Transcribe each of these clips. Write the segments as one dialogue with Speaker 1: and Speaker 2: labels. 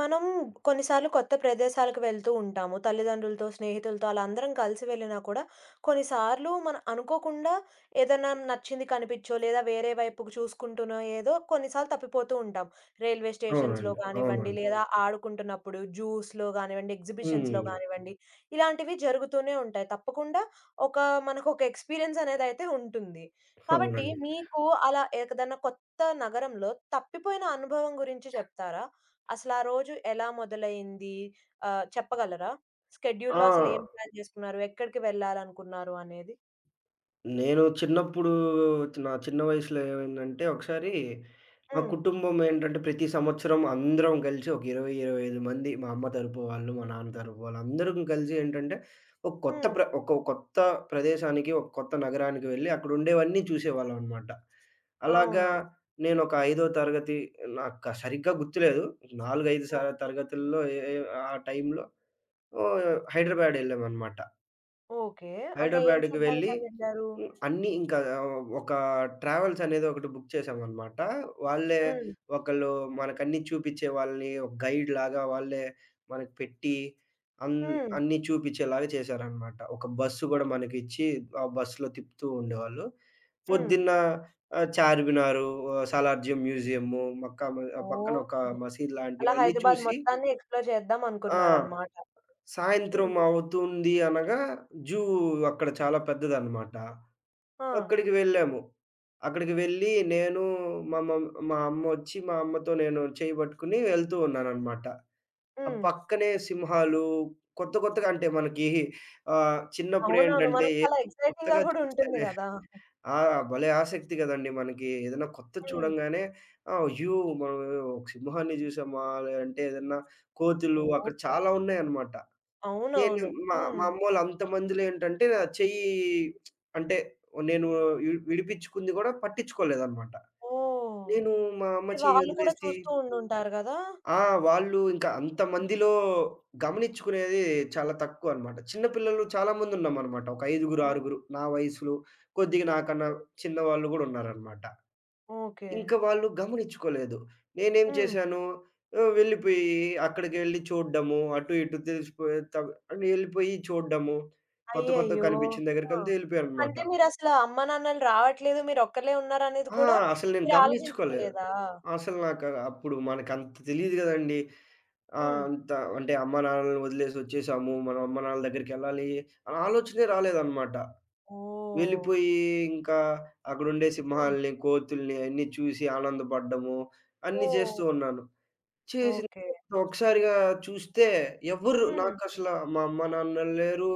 Speaker 1: మనం కొన్నిసార్లు కొత్త ప్రదేశాలకు వెళ్తూ ఉంటాము. తల్లిదండ్రులతో, స్నేహితులతో అలా అందరం కలిసి వెళ్ళినా కూడా కొన్నిసార్లు మనం అనుకోకుండా ఏదైనా నచ్చింది కనిపించో, లేదా వేరే వైపుకు చూసుకుంటూనో ఏదో కొన్నిసార్లు తప్పిపోతూ ఉంటాం. రైల్వే స్టేషన్స్‌లో
Speaker 2: అవునండి.
Speaker 1: కానివ్వండి,
Speaker 2: అవునండి.
Speaker 1: లేదా ఆడుకుంటున్నప్పుడు జూస్‌లో కానివ్వండి, ఎగ్జిబిషన్స్‌లో
Speaker 2: హ్మ్.
Speaker 1: కానివ్వండి, ఇలాంటివి జరుగుతూనే ఉంటాయి. తప్పకుండా ఒక మనకొక ఎక్స్‌పీరియన్స్ అనేదైతే ఉంటుంది. కాబట్టి
Speaker 2: అవునండి.
Speaker 1: మీకు అలా ఏదన్నా కొత్త నగరంలో తప్పిపోయిన అనుభవం గురించి చెప్తారా? అసలు ఆ రోజు ఎలా మొదలైంది? చెప్పగలరా?
Speaker 2: ఆ!
Speaker 1: షెడ్యూల్‌లో అసలు ఏం ప్లాన్ చేసుకున్నారు? ఎక్కడికి వెళ్ళాలనుకున్నారు అనేది?
Speaker 2: నేను చిన్నప్పుడు నా చిన్న వయసులో ఏమైందంటే ఒకసారి మా
Speaker 1: హ్మ్.
Speaker 2: కుటుంబం ఏంటంటే ప్రతి సంవత్సరం అందరం కలిసి ఒక 20, 25 మంది మా అమ్మ తరపు వాళ్ళు, మా నాన్న తరపు వాళ్ళు అందరం కలిసి ఏంటంటే
Speaker 1: హ్మ్.
Speaker 2: ఒక కొత్త ప్రదేశానికి, ఒక కొత్త నగరానికి వెళ్లి అక్కడ ఉండేవన్నీ చూసేవాళ్ళం అన్నమాట. అలాగా
Speaker 1: అవునా?
Speaker 2: నేను ఒక 5దో తరగతి, నాకు సరిగ్గా గుర్తులేదు, 4, 5
Speaker 1: ఓ.
Speaker 2: తరగతుల్లో ఏ ఏ ఆ టైంలో ఓహ్! హైదరాబాద్ ఎళ్ళామనమాట.
Speaker 1: ఓకే. అంటే ఏం
Speaker 2: హైదరాబాద్‌కి వెళ్ళి
Speaker 1: చూడ్డానికని వెళ్లారు?
Speaker 2: అన్నీ ఇంకా ఒక ట్రావెల్స్ అనేది ఒకటి బుక్ చేశామనమాట. వాళ్ళే
Speaker 1: హ్మ్.
Speaker 2: ఒకళ్ళు మనకన్నీ చూపిచ్చే వాళ్ళని ఒక గైడ్‌లాగా వాళ్ళే మనకు పెట్టి అన్
Speaker 1: హ్మ్.
Speaker 2: అన్నీ చూపిచ్చేలాగా చేశారనమాట. ఒక బస్సు గూడా మనకిచ్చి ఆ బస్సులో తిప్పుతూ ఉండేవాళ్ళు.
Speaker 1: హ్మ్.
Speaker 2: పొద్దున్న చార్మినారు, సాలార్జంగ్ మ్యూజియము, పక్కన
Speaker 1: ఓహ్!
Speaker 2: ఒక మసీద్
Speaker 1: అలా
Speaker 2: లాంటివన్నీ
Speaker 1: హైదరాబాద్
Speaker 2: చూసి,
Speaker 1: మొత్తాన్ని ఎక్స్‌ప్లోర్ చేద్దాం
Speaker 2: ఆ!
Speaker 1: అనుకున్నారన్నమాట.
Speaker 2: సాయంత్రం
Speaker 1: హ్మ్.
Speaker 2: అవుతుంది అనగా జూ అక్కడ చాలా పెద్దదనమాట.
Speaker 1: ఆ!
Speaker 2: అక్కడికి వెళ్ళాము. అక్కడికి వెళ్ళి నేను మా అమ్మొచ్చి మా అమ్మతో నేను చేయి పట్టుకొని వెళ్తూ ఉన్నాననమాట. ఆ
Speaker 1: హ్మ్.
Speaker 2: పక్కనే సింహాలు కొత్త కొత్తగా అంటే మనకి,
Speaker 1: అవునవును.
Speaker 2: చిన్నప్పుడేంటంటే
Speaker 1: మనకి
Speaker 2: ఏ
Speaker 1: చాలా ఎక్సైటింగ్‌గా
Speaker 2: కొత్తగా
Speaker 1: కూడా ఉంటుంది
Speaker 2: చూస్తేనే
Speaker 1: గదా!
Speaker 2: ఆ! భలే ఆసక్తి కదండీ మనకి. ఏదైనా కొత్తది
Speaker 1: హ్మ్.
Speaker 2: చూడంగానే అయ్యో! మనం ఒక సింహాన్ని చూసామా? లేదంటే ఏదన్నా కోతులు అక్కడ
Speaker 1: ఓహ్!
Speaker 2: చాలా ఉన్నాయనమాట. నేను
Speaker 1: అవునవును.
Speaker 2: మా
Speaker 1: హ్మ్.
Speaker 2: మా అమ్మోళ్ళు అంతమందిలో ఏంటంటే నా చెయ్యి, అంటే నేను విడిపించుకుంది గూడా పట్టించుకోలేదనమాట.
Speaker 1: ఓహ్!
Speaker 2: నేను మా అమ్మ
Speaker 1: అంటే
Speaker 2: చెయ్యి
Speaker 1: వాళ్ళు కూడా
Speaker 2: వదిలేసి,
Speaker 1: చూస్తూ ఉండుంటారు గదా!
Speaker 2: ఆ! వాళ్ళు ఇంకా అంతమందిలో గమనించుకునేది చాలా తక్కువ అనమాట. చిన్న పిల్లలు చాలా మందున్నామనమాట. ఒక ఐదుగురు,
Speaker 1: ఓకే.
Speaker 2: ఆరుగురు నా వయసులో కొద్దిగా నాకన్నా చిన్నవాళ్ళు గూడా ఉన్నారనమాట.
Speaker 1: ఓకే.
Speaker 2: ఇంక వాళ్ళు గమనిచ్చుకోలేదు. నేనేం
Speaker 1: హ్మ్.
Speaker 2: చేశాను, వెళ్ళిపోయి అక్కడికి వెళ్లి చూడ్డము, అటు ఇటు తెలిసిపోయే తవ్ అని ఎళ్ళిపోయి చూడ్డము, కొత్త కొత్తగా
Speaker 1: అయ్యయ్యో!
Speaker 2: కనిపించిన
Speaker 1: ఆ!
Speaker 2: దగ్గరికంతా ఎళ్ళిపోయాననమాట.
Speaker 1: అంటే మీరసల అమ్మానాన్నలు రావట్లేదు, మీరొక్కళ్ళే ఉన్నారనేది
Speaker 2: ఆ!
Speaker 1: కూడా
Speaker 2: అసలు నేను
Speaker 1: మీరు
Speaker 2: గమనిచ్చుకోలేదు.
Speaker 1: ఆలోచించుకోలేదా?
Speaker 2: అసలు నాకు అప్పుడు మనకంత తెలీదు గదండీ. ఆహ్,
Speaker 1: హ్మ్.
Speaker 2: అంత అంటే అమ్మానాన్నలని వదిలేసి ఒచ్చేసాము. మనం అమ్మానాన్నల దగ్గరికెళ్ళాలి అనే ఆలోచనే రాలేదనమాట.
Speaker 1: ఓహ్!
Speaker 2: వెళ్ళిపోయి ఇంకా అక్కడుండే
Speaker 1: హ్మ్.
Speaker 2: సింహాల్ని, కోతుల్ని అయన్నీ చూసి ఆనందపడ్డము, అన్నీ
Speaker 1: ఓహ్!
Speaker 2: చేస్తూ ఉన్నాను. చేసింది.
Speaker 1: ఓకే.
Speaker 2: ఒకసారిగా చూస్తే ఎవ్వరు
Speaker 1: హ్మ్.
Speaker 2: నాకసల మా అమ్మ, నాన్న లేరు.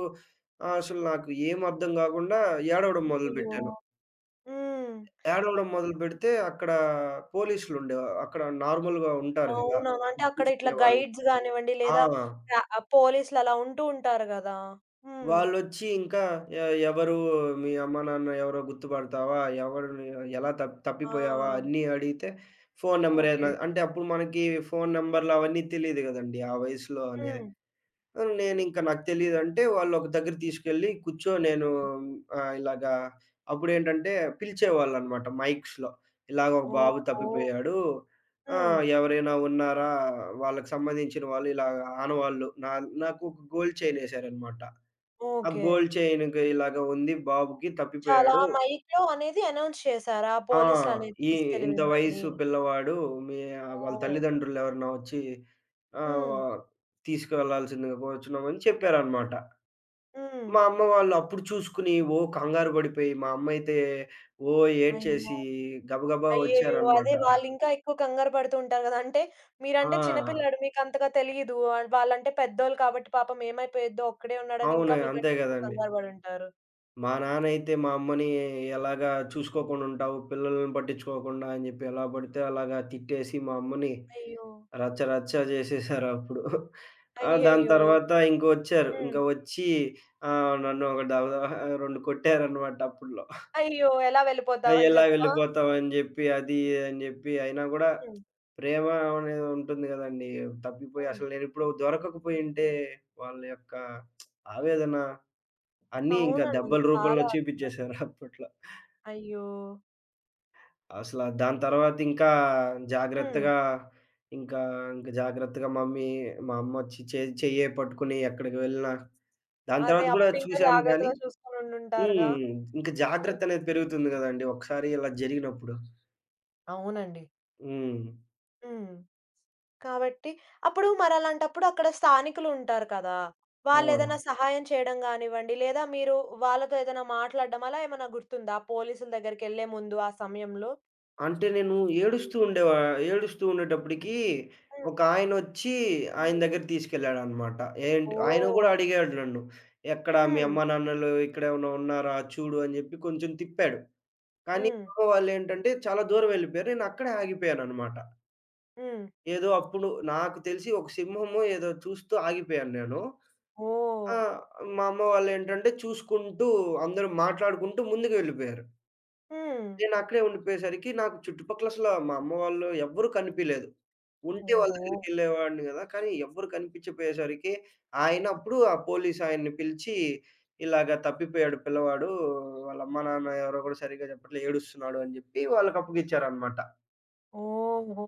Speaker 2: అసలు నాకు ఏం అర్థం గాకుండా ఏడవడం
Speaker 1: అయ్యో!
Speaker 2: మొదలుపెట్టాను.
Speaker 1: హ్మ్.
Speaker 2: ఏడవడం మొదలుపెడితే అక్కడ పోలీసులుండే, అక్కడ నార్మల్‌గా ఉంటారు గదా,
Speaker 1: అవునవును. అంటే
Speaker 2: అక్కడ
Speaker 1: అక్కడ ఇట్లా
Speaker 2: చూసుకునేవాళ్ళు.
Speaker 1: గైడ్స్ గానివ్వండి,
Speaker 2: ఆ!
Speaker 1: లేదా పోలీసులు అలా ఉంటూ ఉంటారు గదా! హ్మ్.
Speaker 2: వాళ్ళొచ్చి ఇంకా ఎ ఎవరు మీ అమ్మ, నాన్న ఎవరో గుర్తుపడతావా? ఎవరిని ఎలా తప్
Speaker 1: ఆ!
Speaker 2: తప్పిపోయావా? అన్నీ అడిగితే ఫోను నంబర్
Speaker 1: ఓకే.
Speaker 2: ఏదైనా అంటే అప్పుడు మనకి ఫోను నంబర్‌లు అవన్నీ తెలీదు గదండీ! ఆ వయసులో అనేది.
Speaker 1: హ్మ్.
Speaker 2: హ్మ్. నేనింక నాకు తెలీదంటే వాళ్ళొక దగ్గర తీసుకెళ్ళి కూర్చో నేను, ఇలాగా అప్పుడేంటంటే పిలిచేవాళ్ళనమాట మైక్స్‌లో. ఇలాగ ఒక బాబు
Speaker 1: ఓహో!
Speaker 2: తప్పిపోయాడు.
Speaker 1: హ్మ్.
Speaker 2: ఎవరైనా ఉన్నారా? వాళ్ళకి సంబంధించిన వాళ్ళు ఇలాగ ఆనవాళ్ళు నాకు ఒక గోల్డ్ చైన్ ఎసారనమాట. ఆ
Speaker 1: ఓకే.
Speaker 2: గోల్డ్ చైన్‌కి ఇలాగ ఉంది బాబుకి
Speaker 1: చాలా
Speaker 2: తప్పిపోయాడు.
Speaker 1: మైక్‌లో అనేది అనౌన్స్ చేశారా?
Speaker 2: ఆ!
Speaker 1: పోలీసులనేది
Speaker 2: ఈ
Speaker 1: తీసుకెళ్ళి
Speaker 2: ఇంత
Speaker 1: మిమ్మల్ని?
Speaker 2: వయసు పిల్లవాడు, మీ వాళ్ళ
Speaker 1: ఓహ్!
Speaker 2: తల్లిదండ్రులెవరన్నా వచ్చి
Speaker 1: హ్మ్.
Speaker 2: ఆహ్, తీసుకెళ్ళాల్సిందిగా కోరుచున్నామని చెప్పారనమాట.
Speaker 1: హ్మ్.
Speaker 2: మా అమ్మ వాళ్ళు అప్పుడు చూసుకుని, ఓ కంగారు పడిపోయి, మా అమ్మయితే ఓ
Speaker 1: అయ్యో!
Speaker 2: ఏడ్చేసి గబగబా
Speaker 1: అయ్యయ్యో! అదే
Speaker 2: వచ్చారనమాట.
Speaker 1: వాళ్ళింకా ఎక్కువ కంగారు పడుతూ ఉంటారు గదా! అంటే
Speaker 2: ఆ!
Speaker 1: మీరంటే చిన్నపిల్లాడు మీకంతగా తెలీదు. వాళ్ళంటే పెద్దోళ్ళు కాబట్టి పాపం ఏమైపోయిద్దో ఒక్కడే ఉన్నాడని ఇంకా
Speaker 2: అవును. అంతే
Speaker 1: మీకంటే ఎక్కువ
Speaker 2: గదండీ!
Speaker 1: కంగారు పడుంటారు.
Speaker 2: మా నాన్నయితే మా అమ్మని ఎలాగా చూసుకోకుండుంటావు, పిల్లలని పట్టించుకోకుండా అని జెప్పి ఎలా పడితే అలాగా తిట్టేసి మా అమ్మని
Speaker 1: అయ్యో!
Speaker 2: రచ్చ రచ్చ జేసేసారప్పుడు. ఆ! దాని
Speaker 1: అయ్యయ్యో!
Speaker 2: తర్వాత ఇంకొచ్చారు. ఇంక
Speaker 1: హ్మ్.
Speaker 2: వచ్చి, నన్ను ఒక 2 కొట్టారనమాట అప్పుడ్లో.
Speaker 1: అయ్యో! ఎలా వెళ్ళిపోతావని
Speaker 2: ఎలా
Speaker 1: జెప్పా?
Speaker 2: వెళ్ళిపోతావు అని జెప్పి, అది ఇది అని జెప్పి అయినా గూడా
Speaker 1: హ్మ్.
Speaker 2: ప్రేమ అనేది ఉంటుంది గదండీ! తప్పిపోయి
Speaker 1: హ్మ్.
Speaker 2: అసలు నేనిప్పుడు దొరకకపోయుంటే వాళ్ళ యొక్క ఆవేదన అన్నీ ఇంకా
Speaker 1: అవునండి.
Speaker 2: దెబ్బల రూపంలో
Speaker 1: చాలా అసల.
Speaker 2: చూపిచ్చేశారు అప్పట్లో.
Speaker 1: అయ్యో!
Speaker 2: అసల దాని తర్వాత
Speaker 1: హ్మ్.
Speaker 2: జాగ్రత్తగా ఇంకా ఇంకా జాగ్రత్తగా మా అమ్మొచ్చి చెయ్యే పట్టుకుని ఎక్కడికి వెళ్ళినా దాని
Speaker 1: అదే
Speaker 2: తర్వాత గూడా
Speaker 1: అప్పుడింకా
Speaker 2: చూసాం గానీ.
Speaker 1: జాగ్రత్తగా చూసుకొనుండుంటారుగా.
Speaker 2: హ్మ్. ఇంక
Speaker 1: హ్మ్.
Speaker 2: జాగ్రత్త అనేది పెరుగుతుంది గదండీ! ఒకసారి ఇలా జరిగినప్పుడు.
Speaker 1: అవునండి.
Speaker 2: హ్మ్.
Speaker 1: హ్మ్. కాబట్టి అప్పుడు మరలాంటప్పుడు అక్కడ స్థానికులుంటారు కదా!
Speaker 2: ఆ!
Speaker 1: వాళ్ళేదైనా సహాయం చేయడం గానివ్వండి, లేదా మీరు వాళ్ళతో ఏదైనా మాట్లాడడం అలా ఏమన్నా గుర్తుందా? పోలీసుల దగ్గరికెళ్ళే ముందు ఆ సమయంలో?
Speaker 2: అంటే నేను ఏడుస్తూ ఉండేవా ఏడుస్తూ ఉండేటప్పటికి ఒకాయనొచ్చి ఆయన వచ్చి ఆయన
Speaker 1: హ్మ్.
Speaker 2: దగ్గరికి తీసుకెళ్ళాడనమాట. ఏంటి ఆయన
Speaker 1: ఓహ్!
Speaker 2: గూడా అడిగాడు నన్ను. "ఎక్కడ మీ
Speaker 1: హ్మ్.
Speaker 2: అమ్మా, నాన్నలు ఇక్కడేమన్నా ఉన్నారా? చూడు" అని జెప్పి కొంచెం తిప్పాడు. కానీ
Speaker 1: హ్మ్.
Speaker 2: పాపం వాళ్ళేంటంటే చాలా దూరం వెళ్ళిపోయారు. నేనక్కడే ఆగిపోయాననమాట.
Speaker 1: హ్మ్.
Speaker 2: ఏదో అప్పుడు నాకు తెలిసి ఒక సింహమో ఏదో చూస్తూ ఆగిపోయాను నేను.
Speaker 1: ఓహ్!
Speaker 2: ఆ! మా అమ్మ వాళ్ళేంటంటే చూసుకుంటూ అందరూ మాట్లాడుకుంటూ ముందుకు వెళ్ళిపోయారు.
Speaker 1: హ్మ్.
Speaker 2: నేనక్కడే ఉండిపోయేసరికి నాకు చుట్టుపక్కల అసల మా అమ్మ వాళ్ళు ఎవ్వరూ కనిపియలేదు. ఉంటే వాళ్ళ
Speaker 1: ఓహో!
Speaker 2: దగ్గరికెళ్ళేవాడిని గదా! కానీ ఎవ్వరు కనిపించపోయేసరికి ఆయన అప్పుడు ఆ పోలీస్ ఆయన్ని పిలిచి, "ఇలాగ తప్పిపోయాడు పిల్లవాడు. వాళ్ళ అమ్మ, నాన్న ఎవరో గూడా సరిగ్గా చెప్పట్లే ఏడుస్తున్నాడు" అని జెప్పి వాళ్ళకి అప్పగిచ్చారనమాట.
Speaker 1: ఓహో!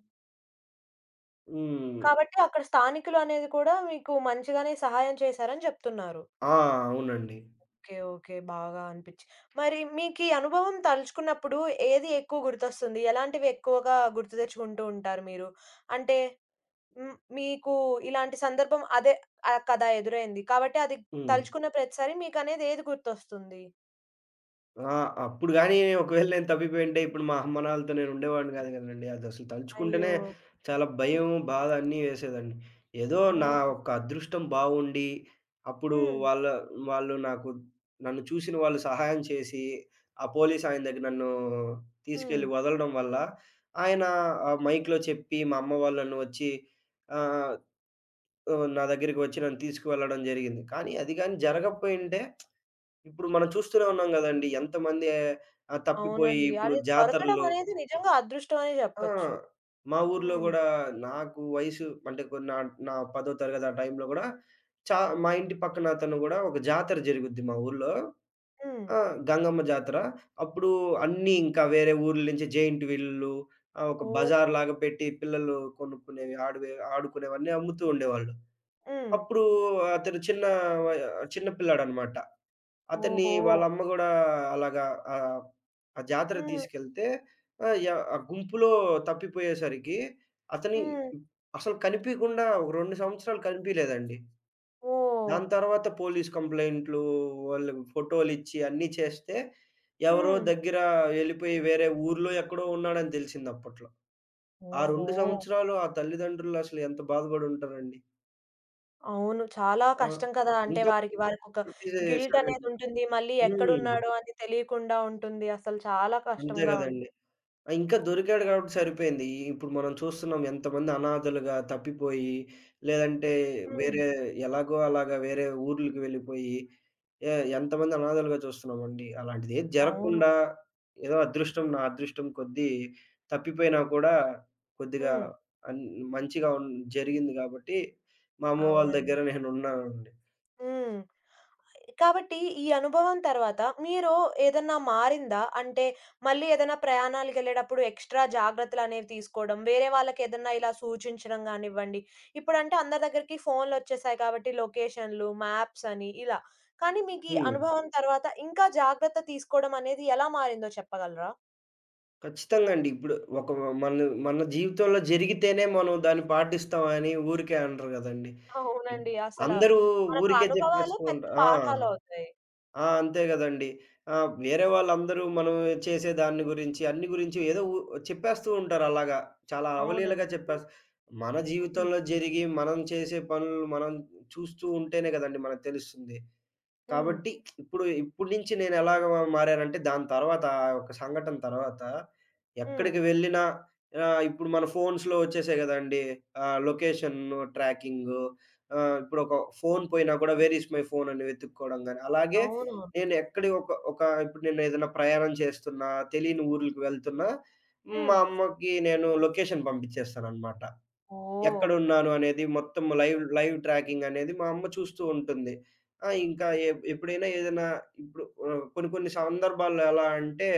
Speaker 2: హ్మ్.
Speaker 1: కాబట్టి అక్కడ స్థానికులు అనేది కూడా మీకు మంచిగానే సహాయం చేశారని చెప్తున్నారు.
Speaker 2: ఆ! అవునండి.
Speaker 1: ఓకే. ఓకే. బాగా అనిపిచ్చి మరి మీకీ అనుభవం తలుచుకున్నప్పుడు ఏది ఎక్కువ గుర్తొస్తుంది? ఎలాంటివి ఎక్కువగా గుర్తు తెచ్చుకుంటూ ఉంటారు మీరు? అంటే హ్మ్. మీకు ఇలాంటి సందర్భం అదే ఆ కథ ఎదురైంది. కాబట్టి అది
Speaker 2: హ్మ్.
Speaker 1: తలుచుకున్న ప్రతిసారి మీకనేది ఏది గుర్తొస్తుంది?
Speaker 2: ఆ! అప్పుడు గాని ఒకవేళ నేను తప్పిపోయుంటే ఇప్పుడు మా అమ్మ, నాన్నలతో నేను ఉండేవాడిని కాదు కదండీ. అదసలు
Speaker 1: అయ్యో!
Speaker 2: తలుచుకుంటేనే చాలా
Speaker 1: హ్మ్.
Speaker 2: భయం, బాధ అన్నీ వేసేదండి. ఏదో నా
Speaker 1: ఓహ్!
Speaker 2: యొక్క అదృష్టం బాగుండి, అప్పుడు
Speaker 1: హ్మ్.
Speaker 2: వాళ్ళ వాళ్ళు నాకు నన్ను చూసిన వాళ్ళు సహాయం చేసి, ఆ పోలీస్ ఆయన దగ్గర నన్ను
Speaker 1: హ్మ్.
Speaker 2: తీసుకెళ్ళి వదలడం వల్ల, ఆయన మైక్‌లో చెప్పి మా అమ్మ వాళ్ళు నన్ను వచ్చి ఆహ్, ఆహ్, నా దగ్గరికి వచ్చి నన్ను తీసుకువెళ్ళడం జరిగింది. కానీ అది గాని జరగకపోయుంటే ఇప్పుడు మనం చూస్తూనే ఉన్నాం గదండీ! ఎంతమంది తప్పిపోయి
Speaker 1: అవునండి.
Speaker 2: ఇప్పుడు
Speaker 1: అది దొరకడం
Speaker 2: జాతరలు.
Speaker 1: అనేది నిజంగా అదృష్టం అనే
Speaker 2: ఆ!
Speaker 1: జెప్పొచ్చు.
Speaker 2: మా ఊర్లో
Speaker 1: హ్మ్.
Speaker 2: గూడా నాకు వయసు అంటే కొన్ని నా నా 10థ్ తరగతి ఆ టైంలో గూడా చా మా ఇంటి పక్కన అతను గూడా ఒక జాతర జరుగుద్ది మా ఊర్లో.
Speaker 1: హ్మ్.
Speaker 2: ఆ! గంగమ్మ జాతర. అప్పుడు అన్నీ ఇంకా వేరే ఊర్ల నుంచి జెయింట్ వీల్లు, ఒక
Speaker 1: ఓహ్!
Speaker 2: బజార్‌లాగా పెట్టి పిల్లలు కొనుక్కునేవి ఆడువే ఆడుకునేవన్నీ అమ్ముతూ ఉండేవాళ్ళు.
Speaker 1: హ్మ్.
Speaker 2: అప్పుడు అతను వయ చిన్న పిల్లాడనమాట. అతన్ని
Speaker 1: ఓహో!
Speaker 2: వాళ్ళ అమ్మ గూడా అలాగా, ఆహ్, ఆ జాతరకి
Speaker 1: హ్మ్.
Speaker 2: తీసుకెళ్తే, ఆహ్, య ఆ గుంపులో తప్పిపోయేసరికి అతని
Speaker 1: హ్మ్.
Speaker 2: అసలు కనిపీకుండా ఒక 2 సంవత్సరాలు కనిపీలేదండి.
Speaker 1: ఓహ్!
Speaker 2: దాని తర్వాత పోలీస్ కంప్లెయింట్లు, వాళ్ళు ఫోటోలిచ్చి అన్నీ చేస్తే ఎవరో
Speaker 1: హ్మ్.
Speaker 2: దగ్గర వెళ్ళిపోయి వేరే ఊర్లో ఎక్కడో ఉన్నాడని తెలిసింది అప్పట్లో. ఆ
Speaker 1: ఓహో!
Speaker 2: 2 సంవత్సరాలు ఆ తల్లిదండ్రులు అసలు ఎంత బాధపడుంటారండి.
Speaker 1: అవును. చాలా
Speaker 2: ఆ!
Speaker 1: కష్టం కదా! అంటే
Speaker 2: ఇంకా
Speaker 1: వారికి వారికొక
Speaker 2: ఒకటి
Speaker 1: గిల్ట్
Speaker 2: సరే.
Speaker 1: అనేదుంటుంది. మళ్ళీ
Speaker 2: హ్మ్.
Speaker 1: ఎక్కడున్నాడో అని తెలియకుండా ఉంటుంది. అసలు చాలా
Speaker 2: అంతే
Speaker 1: కష్టంగా ఉంటుంది.
Speaker 2: గదండీ. ఆ! ఇంకా దొరికాడు కాబట్టి సరిపోయింది. ఈ ఇప్పుడు మనం చూస్తున్నాం ఎంతమంది అనాథలుగా తప్పిపోయి, లేదంటే
Speaker 1: హ్మ్.
Speaker 2: వేరే ఎలాగో అలాగా వేరే ఊర్లకి వెళ్ళిపోయి, ఎ ఎంతమంది అనాథలుగా చూస్తున్నామండి. అలాంటిదేది
Speaker 1: అవును.
Speaker 2: జరగకుండా ఏదో అదృష్టం నా అదృష్టం కొద్దీ తప్పిపోయినా కూడా కొద్దిగా
Speaker 1: హ్మ్.
Speaker 2: అన్ మంచిగా ఉన్ జరిగింది కాబట్టి మా అమ్మ వాళ్ళ
Speaker 1: అవునండి.
Speaker 2: దగ్గర నేనున్నానండి.
Speaker 1: హ్మ్. కాబట్టి ఈ అనుభవం తర్వాత మీరు ఏదన్నా మారిందా? అంటే మళ్ళీ ఏదైనా ప్రయాణాలకెళ్ళేటప్పుడు ఎక్స్‌ట్రా జాగ్రత్తలనేవి తీసుకోవడం, వేరే వాళ్ళకేదన్నా ఇలా సూచించడం గానివ్వండి. ఇప్పుడంటే అందరి దగ్గరికి ఫోన్‌లొచ్చేసాయి కాబట్టి లొకేషన్‌లు, మ్యాప్స్ అని ఇలా. కానీ మీకీ
Speaker 2: హ్మ్.
Speaker 1: అనుభవం తర్వాత ఇంకా జాగ్రత్త తీసుకోవడం అనేది ఎలా మారిందో చెప్పగలరా?
Speaker 2: ఖచ్చితంగా అండి. ఇప్పుడు ఒక మన మన జీవితంలో జరిగితేనే మనం దాన్ని పాటిస్తామని ఊరికే అనరు గదండీ. ఇప్
Speaker 1: అవునండి. అసల
Speaker 2: అందరూ
Speaker 1: మనకు
Speaker 2: ఊరికే
Speaker 1: అనుభవాలే
Speaker 2: జెప్పేస్తూ
Speaker 1: పెద్ద
Speaker 2: ఉంట ఆ!
Speaker 1: పాఠాలవుతాయి.
Speaker 2: ఆ! అంతే గదండీ. వేరే వాళ్ళందరూ మనం చేసే దాన్ని గురించి, అన్ని గురించి ఏదో ఉ చెప్పేస్తూ ఉంటారు అలాగా. చాలా అవలీలగా
Speaker 1: అవునండి.
Speaker 2: చెప్పేస్ మన
Speaker 1: హ్మ్.
Speaker 2: జీవితంలో జరిగి, మనం చేసే పనులు మనం చూస్తూ ఉంటేనే గదండీ మనకు తెలుస్తుంది.
Speaker 1: హ్మ్.
Speaker 2: కాబట్టి ఇప్పుడు నుంచి నేనెలాగా మ మారానంటే దాని తర్వాత ఆ ఒక సంఘటన తర్వాత
Speaker 1: హ్మ్.
Speaker 2: ఎక్కడికి వెళ్ళినా, ఇప్పుడు మన ఫోన్స్‌లో వచ్చేసాయి గదండీ! లొకేషన్ ట్రాకింగు, ఇప్పుడొక ఫోను పోయినా గూడా వేర్ ఈస్ మై ఫోన్ అని వెతుక్కోవడం గాని, అలాగే
Speaker 1: అవునవును.
Speaker 2: నేను ఎక్కడి ఒక ఒక ఇప్పుడు నేనేదైనా ప్రయాణం చేస్తున్నా, తెలియని ఊర్లకు వెళ్తున్నా, మా
Speaker 1: హ్మ్.
Speaker 2: అమ్మకి నేను లొకేషన్ పంపించేస్తాననమాట.
Speaker 1: ఓహ్!
Speaker 2: ఎక్కడున్నాను అనేది మొత్తం లైవ్ లైవ్ ట్రాకింగ్ అనేది మా అమ్మ చూస్తూ ఉంటుంది. ఆ! ఇంకా ఎప్పుడైనా ఏదైనా ఇప్పుడు, కొన్ని కొన్ని సందర్భాల్లో ఎలా అంటే,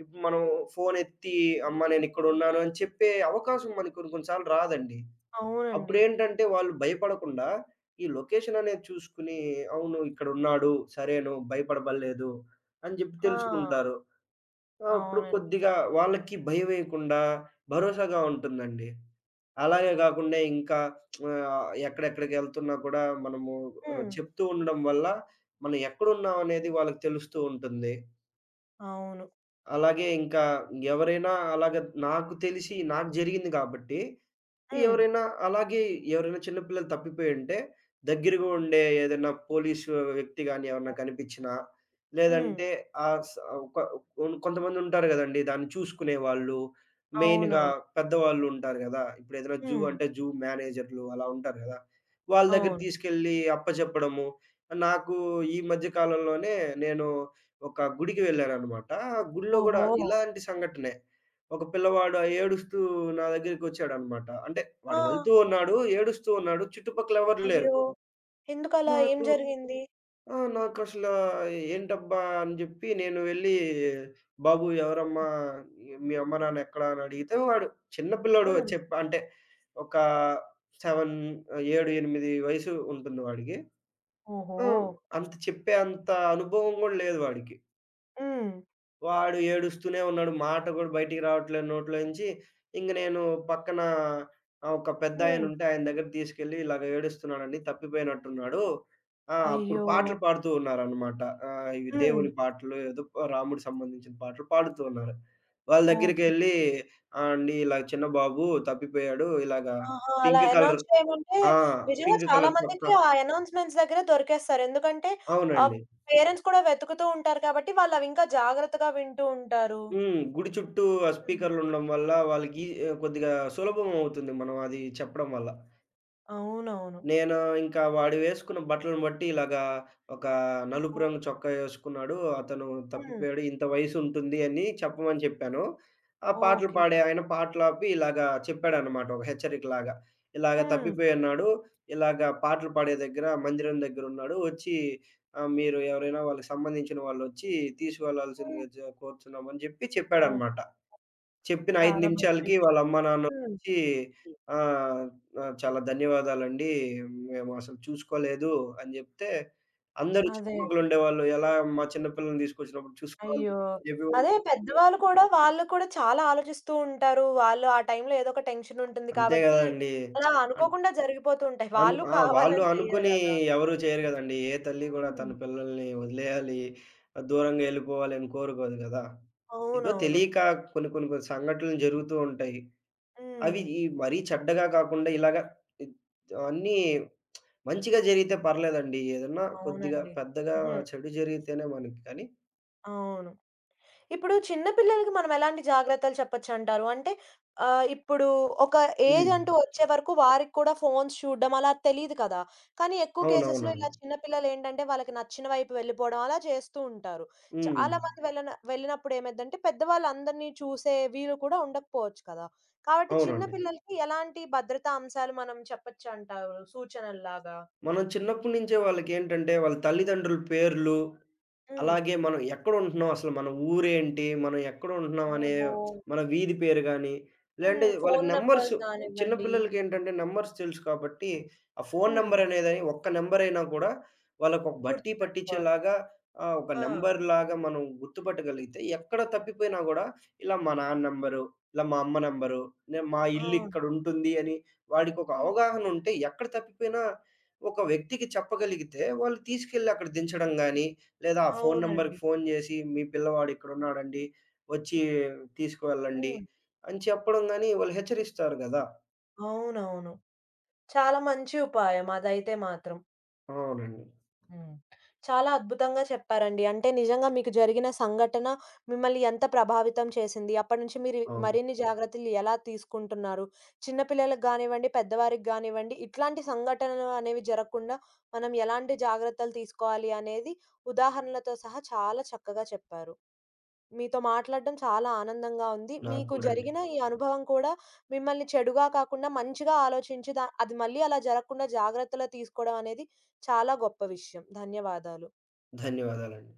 Speaker 2: ఇప్పుడు మనం ఫోన్ ఎత్తి అమ్మ నేనిక్కడున్నాను అని చెప్పే అవకాశం మనకి కొన్ని కొన్ని సార్లు రాదండి.
Speaker 1: అవునండి.
Speaker 2: అప్పుడేంటంటే వాళ్ళు భయపడకుండా ఈ లొకేషన్ అనేది చూసుకొని, అవును ఇక్కడున్నాడు, సరే నువ్వు భయపడబల్లేదు అని జెప్పి
Speaker 1: ఆ! అది.
Speaker 2: తెలుసుకుంటారు. ఆ! అప్పుడు
Speaker 1: అవునండి.
Speaker 2: కొద్దిగా వాళ్ళకి భయమేయకుండా భరోసాగా ఉంటుందండి. అలాగే గాకుండా ఇంకా ఎక్కడెక్కడికెళ్తున్నా కూడా మనము
Speaker 1: హ్మ్.
Speaker 2: చెప్తూ ఉండడం వల్ల మనం ఎక్కడున్నాం అనేది వాళ్ళకి తెలుస్తూ ఉంటుంది.
Speaker 1: అవును.
Speaker 2: అలాగే ఇంకా ఎవరైనా అలాగ నాకు తెలిసి నాకు జరిగింది కాబట్టి
Speaker 1: హ్మ్.
Speaker 2: ఎవరైనా అలాగే ఎవరైనా చిన్న పిల్లలు తప్పిపోయుంటే, దగ్గరగా ఉండే ఏదైనా పోలీసు వ్యక్తి గాని ఎవరైనా కనిపించినా,
Speaker 1: హ్మ్.
Speaker 2: లేదంటే ఆహ్, స ఒక కొన్ కొంతమందుంటారు గదండీ! దాన్ని చూసుకునేవాళ్ళు. మెయిన్‌గా
Speaker 1: అవునవును.
Speaker 2: పెద్దవాళ్ళుంటారు గదా! ఇప్పుడేదైనా జూ
Speaker 1: హ్మ్.
Speaker 2: అంటే జూ మేనేజర్‌లు అలా ఉంటారు గదా! వాళ్ళ దగ్గర
Speaker 1: అవును.
Speaker 2: తీసుకెళ్ళి అప్పచెప్పడము. నాకు ఈ మధ్య కాలంలోనే నేను ఒక గుడికి వెళ్ళాననమాట. ఆ గుడిలో గూడా
Speaker 1: ఓహో!
Speaker 2: ఇలాంటి సంఘటనే. ఒక పిల్లవాడు ఏడుస్తూ నా దగ్గరికొచ్చాడనమాట. అంటే
Speaker 1: ఆ!
Speaker 2: వాడు వెళ్తూ ఉన్నాడు, ఏడుస్తూ ఉన్నాడు. చుట్టుపక్కల ఎవరు లేరు.
Speaker 1: అయ్యో! ఎందుకలా? ఏం
Speaker 2: నాకు
Speaker 1: జరిగింది?
Speaker 2: ఆ! నాకసలా ఏంటబ్బా! అని జెప్పి నేను వెళ్ళి, "బాబు ఎవరమ్మా? మీ అమ్మ, నాన్న ఎక్కడ?" అని అడిగితే వాడు, చిన్న పిల్లోడు
Speaker 1: హ్మ్.
Speaker 2: చెప్ప అంటే ఒక 7, 7, 8 వయసు ఉంటుంది వాడికి.
Speaker 1: ఓహో!
Speaker 2: ఆ! అంత అనుభవం గూడా లేదు వాడికి.
Speaker 1: హ్మ్.
Speaker 2: వాడు ఏడుస్తూనే ఉన్నాడు. మాట గూడా బయటికి రావట్లేదు నోట్లోంచి. ఇంక నేను పక్కన, ఒక
Speaker 1: హ్మ్.
Speaker 2: పెద్దాయనుంటే ఆయన దగ్గరికి తీసుకెళ్ళి, "ఇలాగ ఏడుస్తున్నాడండి. తప్పిపోయినట్టున్నాడు." ఆ! అప్పుడు
Speaker 1: అయ్యో!
Speaker 2: పాటలు పాడుతూ ఉన్నారనమాట. ఇవి
Speaker 1: హ్మ్.
Speaker 2: దేవుని పాటలు ఏదో రాముడికి సంబంధించిన పాటలు పాడుతూ ఉన్నారు. వాళ్ళ
Speaker 1: ఓకే.
Speaker 2: దగ్గరికెళ్ళి, "ఆ! అండి ఇలా చిన్న బాబు తప్పిపోయాడు. ఇలాగా
Speaker 1: ఆహా! అలా
Speaker 2: పింక్ కలర్"
Speaker 1: అనౌన్స్ చేయమంటే
Speaker 2: ఆ!
Speaker 1: నిజంగా
Speaker 2: పింక్
Speaker 1: చాలా
Speaker 2: కలర్
Speaker 1: మందికి
Speaker 2: చొక్కా.
Speaker 1: ఆ అనౌన్స్‌మెంట్స్ దగ్గర దొరికేస్తారు. ఎందుకంటే ఆహ్,
Speaker 2: అవునండి.
Speaker 1: పేరెంట్స్ కూడా వెతుకుతూ ఉంటారు కాబట్టి వాళ్ళవింకా జాగ్రత్తగా వింటూ ఉంటారు.
Speaker 2: హ్మ్. గుడి చుట్టూ ఆ
Speaker 1: హ్మ్.
Speaker 2: స్పీకర్లుండడం వల్ల వాళ్ళకి కొద్దిగా సులభం అవుతుంది. మనం అది చెప్పడం వల్ల.
Speaker 1: అవునవును.
Speaker 2: నేను ఇంకా వాడు వేసుకున్న బట్టలను బట్టి ఇలాగా ఒక నలుపు
Speaker 1: ఓహ్!
Speaker 2: రంగు చొక్కా ఏసుకున్నాడు. అతను
Speaker 1: హ్మ్.
Speaker 2: తప్పిపోయాడు. ఇంత వయసుంటుంది అని చెప్పమని చెప్పాను. ఆ పాటలు
Speaker 1: ఓకే.
Speaker 2: పాడే ఆయన పాటలాపి ఇలాగా చెప్పాడనమాట. ఒక హెచ్చరికలాగా. ఇలాగ
Speaker 1: హ్మ్.
Speaker 2: తప్పిపోయున్నాడు. ఇలాగ పాటలు పాడే దగ్గర మందిరం దగ్గరున్నాడు. వచ్చి మీరు ఎవరైనా వాళ్ళకి సంబంధించిన వాళ్ళొచ్చి తీసుకువెళ్లాల్సిందిగా కోరుతున్నామని జెప్పి
Speaker 1: ఓహ్!
Speaker 2: చెప్పాడనమాట. చెప్పిన 5
Speaker 1: చాలా మంచి
Speaker 2: నిమిషాలకి
Speaker 1: విషయం.
Speaker 2: వాళ్ళ అమ్మా, నాన్న
Speaker 1: హ్మ్.
Speaker 2: వచ్చి,
Speaker 1: హ్మ్.
Speaker 2: ఆహ్, ఆహ్, "చాలా ధన్యవాదాలండి. మేము అసలు చూసుకోలేదు" అని జెప్తే, అందరూ
Speaker 1: అదే.
Speaker 2: చుట్టుపక్కలుండేవాళ్ళు, "ఎలా మా చిన్న పిల్లల్ని తీసుకొచ్చినప్పుడు చూసుకోవాలి"
Speaker 1: అయ్యో!
Speaker 2: అని జెప్పి వాళ్ళు.
Speaker 1: అదే పెద్దవాళ్ళు కూడా వాళ్ళు కూడా చాలా ఆలోచిస్తూ ఉంటారు. వాళ్ళు ఆ టైంలో ఏదో ఒక టెన్షన్ ఉంటుంది
Speaker 2: అంతే
Speaker 1: కాబట్టి,
Speaker 2: గదండీ!
Speaker 1: అలా
Speaker 2: అన్
Speaker 1: అనుకోకుండా జరిగిపోతూ ఉంటాయి.
Speaker 2: అన్
Speaker 1: వాళ్ళు
Speaker 2: ఆ! వాళ్ళు
Speaker 1: కావాలని చెయ్యరు
Speaker 2: అనుకుని
Speaker 1: గదా!
Speaker 2: ఎవరు చేయరు గదండీ! ఏ తల్లి గూడా
Speaker 1: హ్మ్.
Speaker 2: తన పిల్లల్ని వదిలేయాలి, ఆ, దూరంగా ఎళ్ళిపోవాలి అని కోరుకోదు గదా! ఏదో
Speaker 1: అవునవును.
Speaker 2: తెలియక కొన్ని కొన్ని కొన్ని సంఘటనలు జరుగుతూ ఉంటాయి. అవి
Speaker 1: హ్మ్.
Speaker 2: ఈ మరీ చెడ్డగా కాకుండా ఇలాగ ఇద్ అన్నీ మంచిగా జరిగితే పర్లేదండి. ఏదన్నా కొద్దిగా
Speaker 1: అవునండి.
Speaker 2: పెద్దగా
Speaker 1: హుహు.
Speaker 2: చెడు జరిగితేనే మనకి కానీ.
Speaker 1: అవును. ఇప్పుడు చిన్న పిల్లలకి మనం ఎలాంటి జాగ్రత్తలు చెప్పొచ్చంటారు? అంటే ఇప్పుడు ఒక ఏజ్
Speaker 2: హ్మ్.
Speaker 1: అంటూ వచ్చే వరకు వారికి కూడా ఫోన్స్ చూడడం అలా తెలీదు కదా! కానీ ఎక్కువ కేసెస్‌లో ఇలా
Speaker 2: అవునవునండి.
Speaker 1: చిన్న పిల్లలేంటంటే వాళ్ళకి నచ్చిన వైపు వెళ్ళిపోవడం అలా చేస్తూ ఉంటారు.
Speaker 2: హ్మ్.
Speaker 1: చాలామంది వెళ్ళినప్పుడు ఏమైద్దంటే పెద్దవాళ్ళందరినీ చూసే వీలు కూడా ఉండకపోవచ్చు కదా! కాబట్టి చిన్న
Speaker 2: అవునండి.
Speaker 1: పిల్లలకి ఎలాంటి భద్రతా అంశాలు మనం చెప్పొచ్చంటారు సూచనల్లాగా?
Speaker 2: మనం చిన్నప్పటి నుంచే వాళ్ళకేంటంటే వాళ్ళ తల్లిదండ్రుల పేర్లు,
Speaker 1: హ్మ్.
Speaker 2: అలాగే మనం ఎక్కడుంటున్నాం, అసలు మన ఊరేంటి, మనం ఎక్కడుంటున్నాం అనే
Speaker 1: ఓహో!
Speaker 2: మన వీధి పేరు గానీ, లేదంటే
Speaker 1: హ్మ్.
Speaker 2: వాళ్ళకి
Speaker 1: ఫోను
Speaker 2: నంబర్స్,
Speaker 1: నంబర్స్
Speaker 2: చిన్న
Speaker 1: గానివ్వండి.
Speaker 2: పిల్లలకేంటంటే నంబర్స్ తెలుసు కాబట్టి, ఆ ఫోను
Speaker 1: హ్మ్.
Speaker 2: నంబరనేదని ఒక్క నంబరైనా కూడా వాళ్ళకొక బట్టి
Speaker 1: గుర్తుపెట్టుకోవాలి.
Speaker 2: పట్టించేలాగా, ఒక
Speaker 1: ఆ!
Speaker 2: నంబర్‌లాగా మనం గుర్తుపట్టగలిగితే, ఎక్కడ తప్పిపోయినా గూడా ఇలా మా నాన్న నంబరు, ఇలా మా అమ్మ నంబరు, నేను మా
Speaker 1: అవును.
Speaker 2: ఇల్లిక్కడుంటుంది అని వాడికొక
Speaker 1: హ్మ్.
Speaker 2: అవగాహనుంటే ఎక్కడ తప్పిపోయినా ఒక వ్యక్తికి చెప్పగలిగితే, వాళ్ళు తీసుకెళ్ళి అక్కడ దించడం గానీ, లేదా ఆ ఫోను నంబర్‌కి
Speaker 1: అవునండి.
Speaker 2: ఫోను జేసి, మీ పిల్లవాడు ఇక్కడున్నాడండి. వచ్చి తీసుకువెళ్ళండి
Speaker 1: హ్మ్.
Speaker 2: అని చెప్పడం గాని, వాళ్ళు హెచ్చరిస్తారు గదా!
Speaker 1: అవునవును. చాలా మంచి ఉపాయం అదైతే మాత్రం.
Speaker 2: అవునండి.
Speaker 1: హ్మ్. చాలా అద్భుతంగా చెప్పారండి. అంటే నిజంగా మీకు జరిగిన సంఘటన మిమ్మల్ని ఎంత ప్రభావితం చేసింది? అప్పటినుంచి మీరు
Speaker 2: అవును.
Speaker 1: మరిన్ని జాగ్రత్తలు ఎలా తీసుకుంటున్నారు? చిన్న పిల్లలకి గానివ్వండి, పెద్దవారికి గానివ్వండి, ఇట్లాంటి సంఘటనలు అనేవి జరగకుండా మనం ఎలాంటి జాగ్రత్తలు తీసుకోవాలి అనేది ఉదాహరణలతో సహా చాలా చక్కగా చెప్పారు. మీతో మాట్లాడడం చాలా ఆనందంగా ఉంది.
Speaker 2: నాకు
Speaker 1: మీకు
Speaker 2: కూడా అండి.
Speaker 1: జరిగిన ఈ అనుభవం కూడా మిమ్మల్ని చెడుగా కాకుండా మంచిగా ఆలోచించి అది మళ్ళీ అలా జరగకుండా జాగ్రత్తలు తీసుకోవడం అనేది చాలా గొప్ప విషయం. ధన్యవాదాలు.
Speaker 2: ధన్యవాదాలండి.